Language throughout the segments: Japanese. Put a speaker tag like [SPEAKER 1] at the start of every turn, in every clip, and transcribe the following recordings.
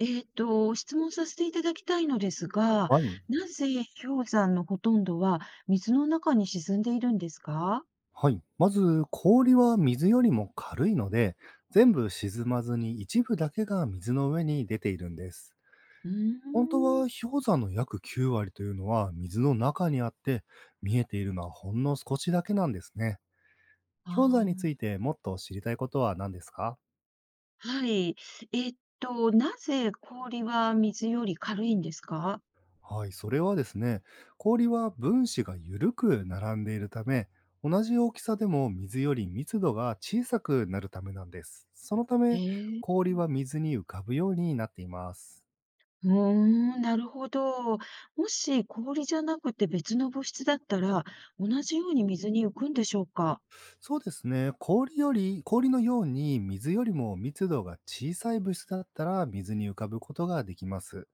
[SPEAKER 1] 質問させていただきたいのですが、
[SPEAKER 2] はい。
[SPEAKER 1] なぜ氷山のほとんどは水の中に沈んでいるんですか？
[SPEAKER 2] はい。まず、氷は水よりも軽いので、全部沈まずに一部だけが水の上に出ているんです。
[SPEAKER 1] うー
[SPEAKER 2] 本当
[SPEAKER 1] ん。
[SPEAKER 2] は氷山の約9割というのは水の中にあって、見えているのはほんの少しだけなんですね。
[SPEAKER 1] あ
[SPEAKER 2] 氷山についてもっと知りたいことは何ですか？
[SPEAKER 1] ー、はい。えっなぜ氷は水より軽いんですか？
[SPEAKER 2] はい、それはですね、氷は分子が緩く並んでいるため、同じ大きさでも水より密度が小さくなるためなんです。そのため、
[SPEAKER 1] へえ。
[SPEAKER 2] 氷は水に浮かぶようになっています。
[SPEAKER 1] うーん、なるほど。もし氷じゃなくて別の物質だったら、同じように水に浮くんでしょうか？
[SPEAKER 2] そうですね、氷のように水よりも密度が小さい物質だったら水に浮かぶことができます。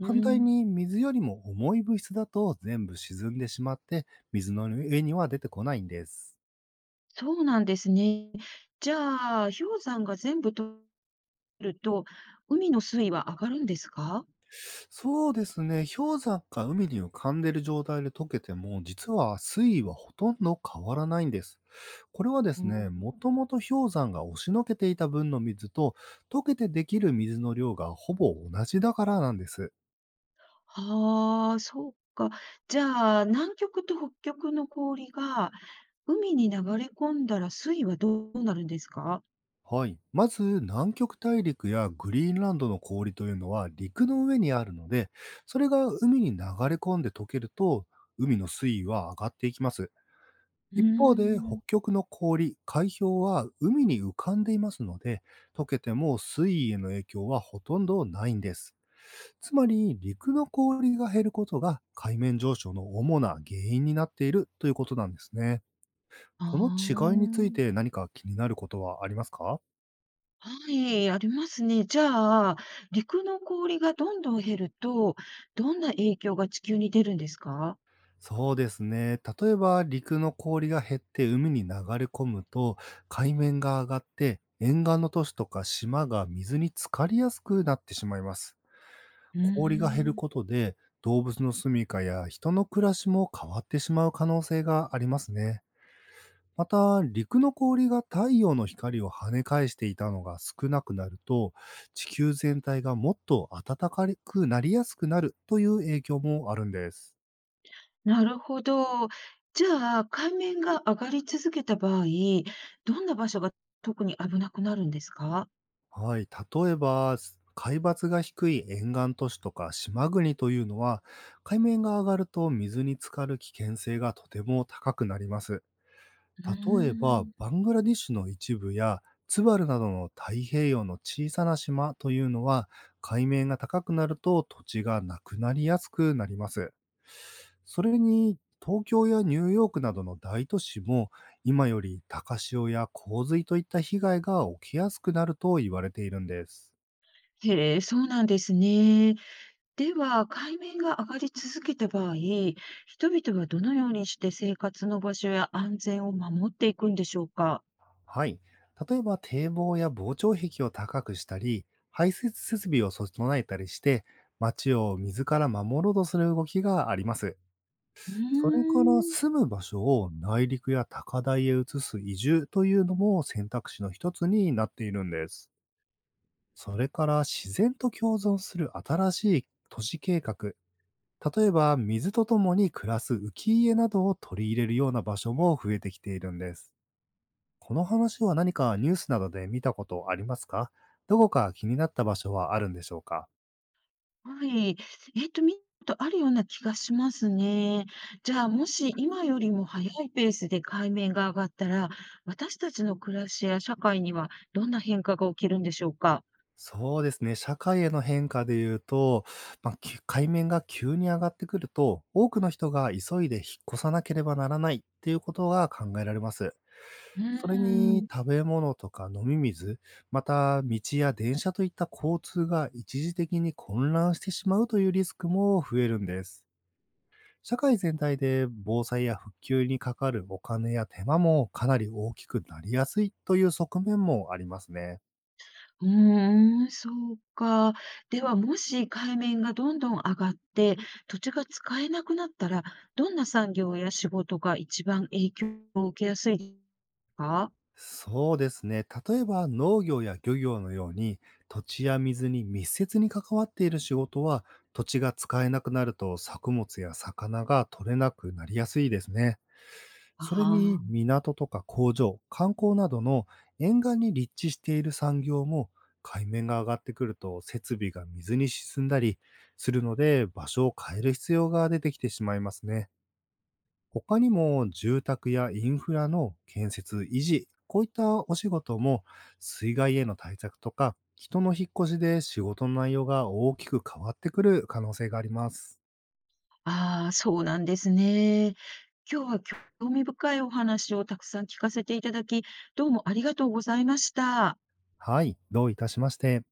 [SPEAKER 1] う
[SPEAKER 2] 反
[SPEAKER 1] ー
[SPEAKER 2] 対
[SPEAKER 1] ん。
[SPEAKER 2] に水よりも重い物質だと全部沈んでしまって、水の上には出てこないんです。
[SPEAKER 1] そうなんですね。じゃあ、氷山が全部とると、海の水位は上がるんですか？
[SPEAKER 2] そうですね、氷山が海に浮かんでいる状態で溶けても、実は水位はほとんど変わらないんです。これはで
[SPEAKER 1] う
[SPEAKER 2] すね、
[SPEAKER 1] ん。
[SPEAKER 2] もともと氷山が押しのけていた分の水と、溶けてできる水の量がほぼ同じだからなんです。
[SPEAKER 1] はあ、そうか。じゃあ、南極と北極の氷が海に流れ込んだら、水位はどうなるんですか？
[SPEAKER 2] はい。まず、南極大陸やグリーンランドの氷というのは陸の上にあるので、それが海に流れ込んで溶けると、海の水位は上がっていきます。
[SPEAKER 1] うー
[SPEAKER 2] 一方で、
[SPEAKER 1] ん。
[SPEAKER 2] 北極の氷、海氷は海に浮かんでいますので、溶けても水位への影響はほとんどないんです。つまり、陸の氷が減ることが海面上昇の主な原因になっているということなんですね。
[SPEAKER 1] ああ、
[SPEAKER 2] この違いについて何か気になることはありますか？
[SPEAKER 1] はい、ありますね。じゃあ、陸の氷がどんどん減ると、どんな影響が地球に出るんですか？
[SPEAKER 2] そうですね。例えば、陸の氷が減って海に流れ込むと、海面が上がって、沿岸の都市とか島が水に浸かりやすくなってしまいます。
[SPEAKER 1] うー
[SPEAKER 2] 氷が減る
[SPEAKER 1] ん。
[SPEAKER 2] ことで、動物の住処や人の暮らしも変わってしまう可能性がありますね。また、陸の氷が太陽の光を跳ね返していたのが少なくなると、地球全体がもっと暖かくなりやすくなるという影響もあるんです。
[SPEAKER 1] なるほど。じゃあ、海面が上がり続けた場合、どんな場所が特に危なくなるんですか？
[SPEAKER 2] はい、例えば、海抜が低い沿岸都市とか島国というのは、海面が上がると水に浸かる危険性がとても高くなります。
[SPEAKER 1] う
[SPEAKER 2] 例えば、
[SPEAKER 1] ーん。
[SPEAKER 2] バングラディッシュの一部や、ツバルなどの太平洋の小さな島というのは、海面が高くなると土地がなくなりやすくなります。それに、東京やニューヨークなどの大都市も、今より高潮や洪水といった被害が起きやすくなると言われているんです。
[SPEAKER 1] へえ、そうなんですね。では、海面が上がり続けた場合、人々はどのようにして生活の場所や安全を守っていくんでしょうか？
[SPEAKER 2] はい。例えば、堤防や防潮壁を高くしたり、排水設備を整えたりして、街を水から守ろうとする動きがあります。
[SPEAKER 1] う
[SPEAKER 2] それから
[SPEAKER 1] ーん。
[SPEAKER 2] 住む場所を内陸や高台へ移す移住というのも選択肢の一つになっているんです。それから自然と共存する新しい都市計画、例えば水とともに暮らす浮家などを取り入れるような場所も増えてきているんです。この話は何かニュースなどで見たことありますか？どこか気になった場所はあるんでしょうか？
[SPEAKER 1] はい。見たことあるような気がしますね。じゃあ、もし今よりも早いペースで海面が上がったら、私たちの暮らしや社会にはどんな変化が起きるんでしょうか？
[SPEAKER 2] そうですね。社会への変化で言うと、まあ、海面が急に上がってくると、多くの人が急いで引っ越さなければならないっていうことが考えられます。
[SPEAKER 1] うー
[SPEAKER 2] それに
[SPEAKER 1] ん。
[SPEAKER 2] 食べ物とか飲み水、また道や電車といった交通が一時的に混乱してしまうというリスクも増えるんです。社会全体で防災や復旧にかかるお金や手間もかなり大きくなりやすいという側面もありますね。
[SPEAKER 1] うーん、そうか。では、もし海面がどんどん上がって、土地が使えなくなったら、どんな産業や仕事が一番影響を受けやすいですか？
[SPEAKER 2] そうですね。例えば農業や漁業のように土地や水に密接に関わっている仕事は、土地が使えなくなると作物や魚が取れなくなりやすいですね。それに
[SPEAKER 1] あ
[SPEAKER 2] 港とか工場、観光などの沿岸に立地している産業も、海面が上がってくると設備が水に沈んだりするので場所を変える必要が出てきてしまいますね。他にも住宅やインフラの建設、維持、こういったお仕事も、水害への対策とか人の引っ越しで仕事の内容が大きく変わってくる可能性があります。
[SPEAKER 1] あ、ああ、そうなんですね。今日は興味深いお話をたくさん聞かせていただき、どうもありがとうございました。
[SPEAKER 2] はい、どういたしまして。